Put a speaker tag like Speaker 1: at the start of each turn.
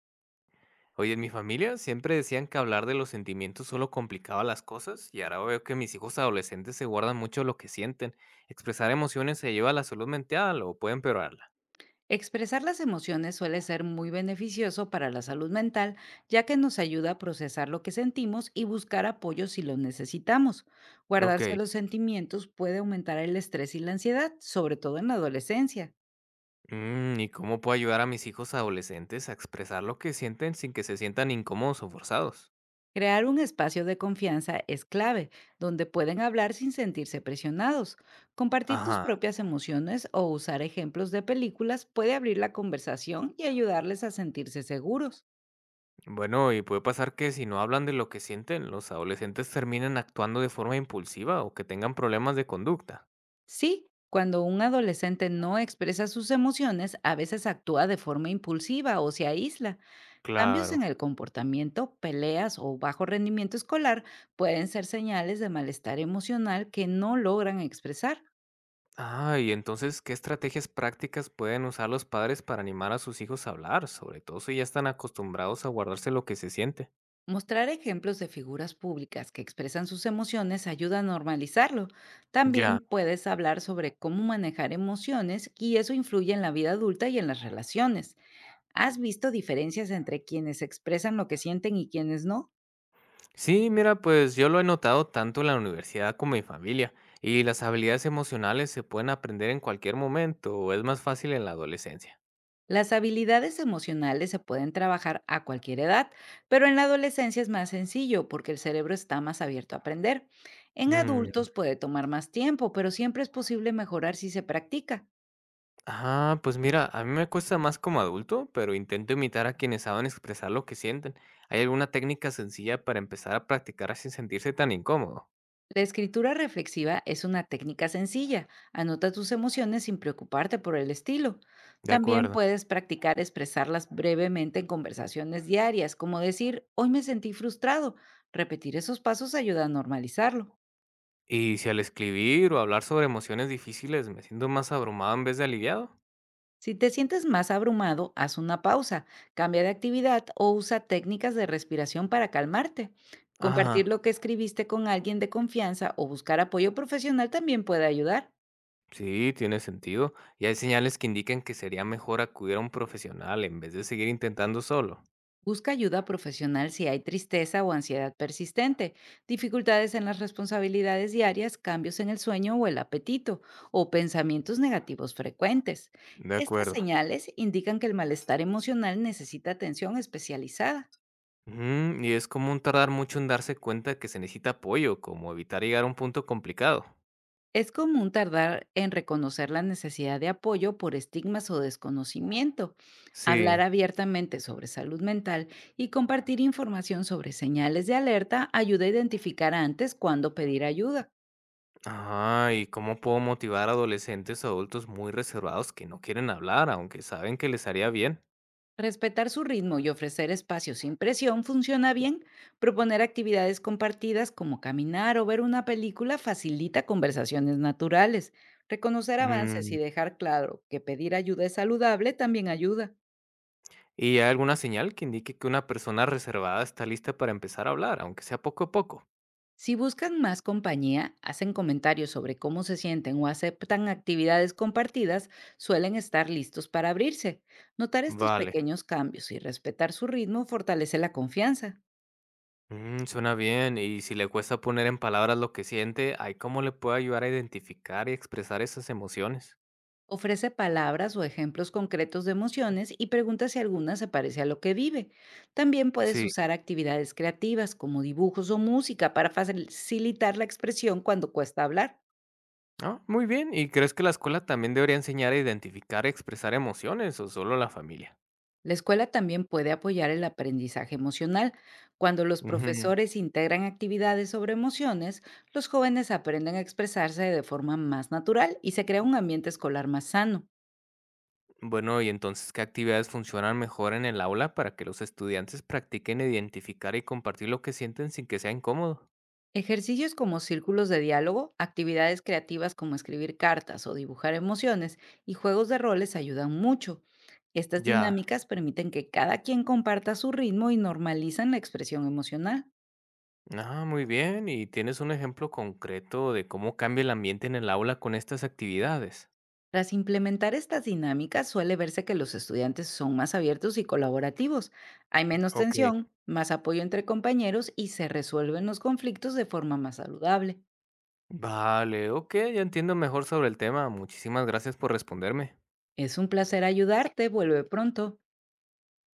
Speaker 1: Oye, en mi familia siempre decían que hablar de los sentimientos solo complicaba las cosas y ahora veo que mis hijos adolescentes se guardan mucho lo que sienten. Expresar emociones se lleva a la salud mental o puede empeorarla.
Speaker 2: Expresar las emociones suele ser muy beneficioso para la salud mental, ya que nos ayuda a procesar lo que sentimos y buscar apoyo si lo necesitamos.
Speaker 1: Ok.
Speaker 2: Guardarse los sentimientos puede aumentar el estrés y la ansiedad, sobre todo en la adolescencia.
Speaker 1: ¿Y cómo puedo ayudar a mis hijos adolescentes a expresar lo que sienten sin que se sientan incómodos o forzados?
Speaker 2: Crear un espacio de confianza es clave, donde pueden hablar sin sentirse presionados. Compartir tus
Speaker 1: Ajá.
Speaker 2: propias emociones o usar ejemplos de películas puede abrir la conversación y ayudarles a sentirse seguros.
Speaker 1: Bueno, y puede pasar que si no hablan de lo que sienten, los adolescentes terminen actuando de forma impulsiva o que tengan problemas de conducta.
Speaker 2: Sí, cuando un adolescente no expresa sus emociones, a veces actúa de forma impulsiva o se aísla. Cambios en
Speaker 1: Claro.
Speaker 2: el comportamiento, peleas o bajo rendimiento escolar pueden ser señales de malestar emocional que no logran expresar.
Speaker 1: Y entonces, ¿qué estrategias prácticas pueden usar los padres para animar a sus hijos a hablar? Sobre todo si ya están acostumbrados a guardarse lo que se siente.
Speaker 2: Mostrar ejemplos de figuras públicas que expresan sus emociones ayuda a normalizarlo. También
Speaker 1: Ya.
Speaker 2: puedes hablar sobre cómo manejar emociones y eso influye en la vida adulta y en las relaciones. ¿Has visto diferencias entre quienes expresan lo que sienten y quienes no?
Speaker 1: Sí, mira, pues yo lo he notado tanto en la universidad como en mi familia. ¿Y las habilidades emocionales se pueden aprender en cualquier momento o es más fácil en la adolescencia?
Speaker 2: Las habilidades emocionales se pueden trabajar a cualquier edad, pero en la adolescencia es más sencillo porque el cerebro está más abierto a aprender. En
Speaker 1: Mm,
Speaker 2: adultos puede tomar más tiempo, pero siempre es posible mejorar si se practica.
Speaker 1: Pues mira, a mí me cuesta más como adulto, pero intento imitar a quienes saben expresar lo que sienten. ¿Hay alguna técnica sencilla para empezar a practicar sin sentirse tan incómodo?
Speaker 2: La escritura reflexiva es una técnica sencilla. Anota tus emociones sin preocuparte por el estilo.
Speaker 1: De
Speaker 2: También
Speaker 1: acuerdo.
Speaker 2: puedes practicar expresarlas brevemente en conversaciones diarias, como decir, hoy me sentí frustrado. Repetir esos pasos ayuda a normalizarlo.
Speaker 1: Y si al escribir o hablar sobre emociones difíciles me siento más abrumado en vez de aliviado.
Speaker 2: Si te sientes más abrumado, haz una pausa, cambia de actividad o usa técnicas de respiración para calmarte. Compartir
Speaker 1: Ajá,
Speaker 2: lo que escribiste con alguien de confianza o buscar apoyo profesional también puede ayudar.
Speaker 1: sí, tiene sentido. Y hay señales que indican que sería mejor acudir a un profesional en vez de seguir intentando solo.
Speaker 2: Busca ayuda profesional si hay tristeza o ansiedad persistente, dificultades en las responsabilidades diarias, cambios en el sueño o el apetito, o pensamientos negativos frecuentes.
Speaker 1: De
Speaker 2: Estas
Speaker 1: acuerdo.
Speaker 2: señales indican que el malestar emocional necesita atención especializada.
Speaker 1: Ujú, y es común tardar mucho en darse cuenta que se necesita apoyo, como evitar llegar a un punto complicado.
Speaker 2: Es común tardar en reconocer la necesidad de apoyo por estigmas o desconocimiento. Hablar
Speaker 1: Sí.
Speaker 2: abiertamente sobre salud mental y compartir información sobre señales de alerta ayuda a identificar antes cuándo pedir ayuda.
Speaker 1: Ajá, ¿y cómo puedo motivar a adolescentes o adultos muy reservados que no quieren hablar, aunque saben que les haría bien?
Speaker 2: Respetar su ritmo y ofrecer espacios sin presión funciona bien. Proponer actividades compartidas como caminar o ver una película facilita conversaciones naturales. Reconocer avances y dejar claro que pedir ayuda es saludable también ayuda.
Speaker 1: ¿Y hay alguna señal que indique que una persona reservada está lista para empezar a hablar, aunque sea poco a poco?
Speaker 2: Si buscan más compañía, hacen comentarios sobre cómo se sienten o aceptan actividades compartidas, suelen estar listos para abrirse. Notar estos
Speaker 1: Vale,
Speaker 2: pequeños cambios y respetar su ritmo fortalece la confianza.
Speaker 1: suena bien. Y si le cuesta poner en palabras lo que siente, ¿hay cómo le puede ayudar a identificar y expresar esas emociones?
Speaker 2: Ofrece palabras o ejemplos concretos de emociones y pregunta si alguna se parece a lo que vive. También puedes
Speaker 1: Sí.
Speaker 2: usar actividades creativas como dibujos o música para facilitar la expresión cuando cuesta hablar.
Speaker 1: Ah, muy bien. ¿Y crees que la escuela también debería enseñar a identificar y expresar emociones o solo la familia?
Speaker 2: La escuela también puede apoyar el aprendizaje emocional. Cuando los
Speaker 1: Ujú.
Speaker 2: profesores integran actividades sobre emociones, los jóvenes aprenden a expresarse de forma más natural y se crea un ambiente escolar más sano.
Speaker 1: Bueno, y entonces, ¿qué actividades funcionan mejor en el aula para que los estudiantes practiquen identificar y compartir lo que sienten sin que sea incómodo?
Speaker 2: Ejercicios como círculos de diálogo, actividades creativas como escribir cartas o dibujar emociones y juegos de roles ayudan mucho. Estas
Speaker 1: Ya.
Speaker 2: dinámicas permiten que cada quien comparta su ritmo y normalizan la expresión emocional.
Speaker 1: Ah, muy bien. ¿Y tienes un ejemplo concreto de cómo cambia el ambiente en el aula con estas actividades?
Speaker 2: Tras implementar estas dinámicas, suele verse que los estudiantes son más abiertos y colaborativos. Hay menos
Speaker 1: Ok.
Speaker 2: tensión, más apoyo entre compañeros y se resuelven los conflictos de forma más saludable.
Speaker 1: Vale, ok, ya entiendo mejor sobre el tema. Muchísimas gracias por responderme.
Speaker 2: Es un placer ayudarte. Vuelve pronto.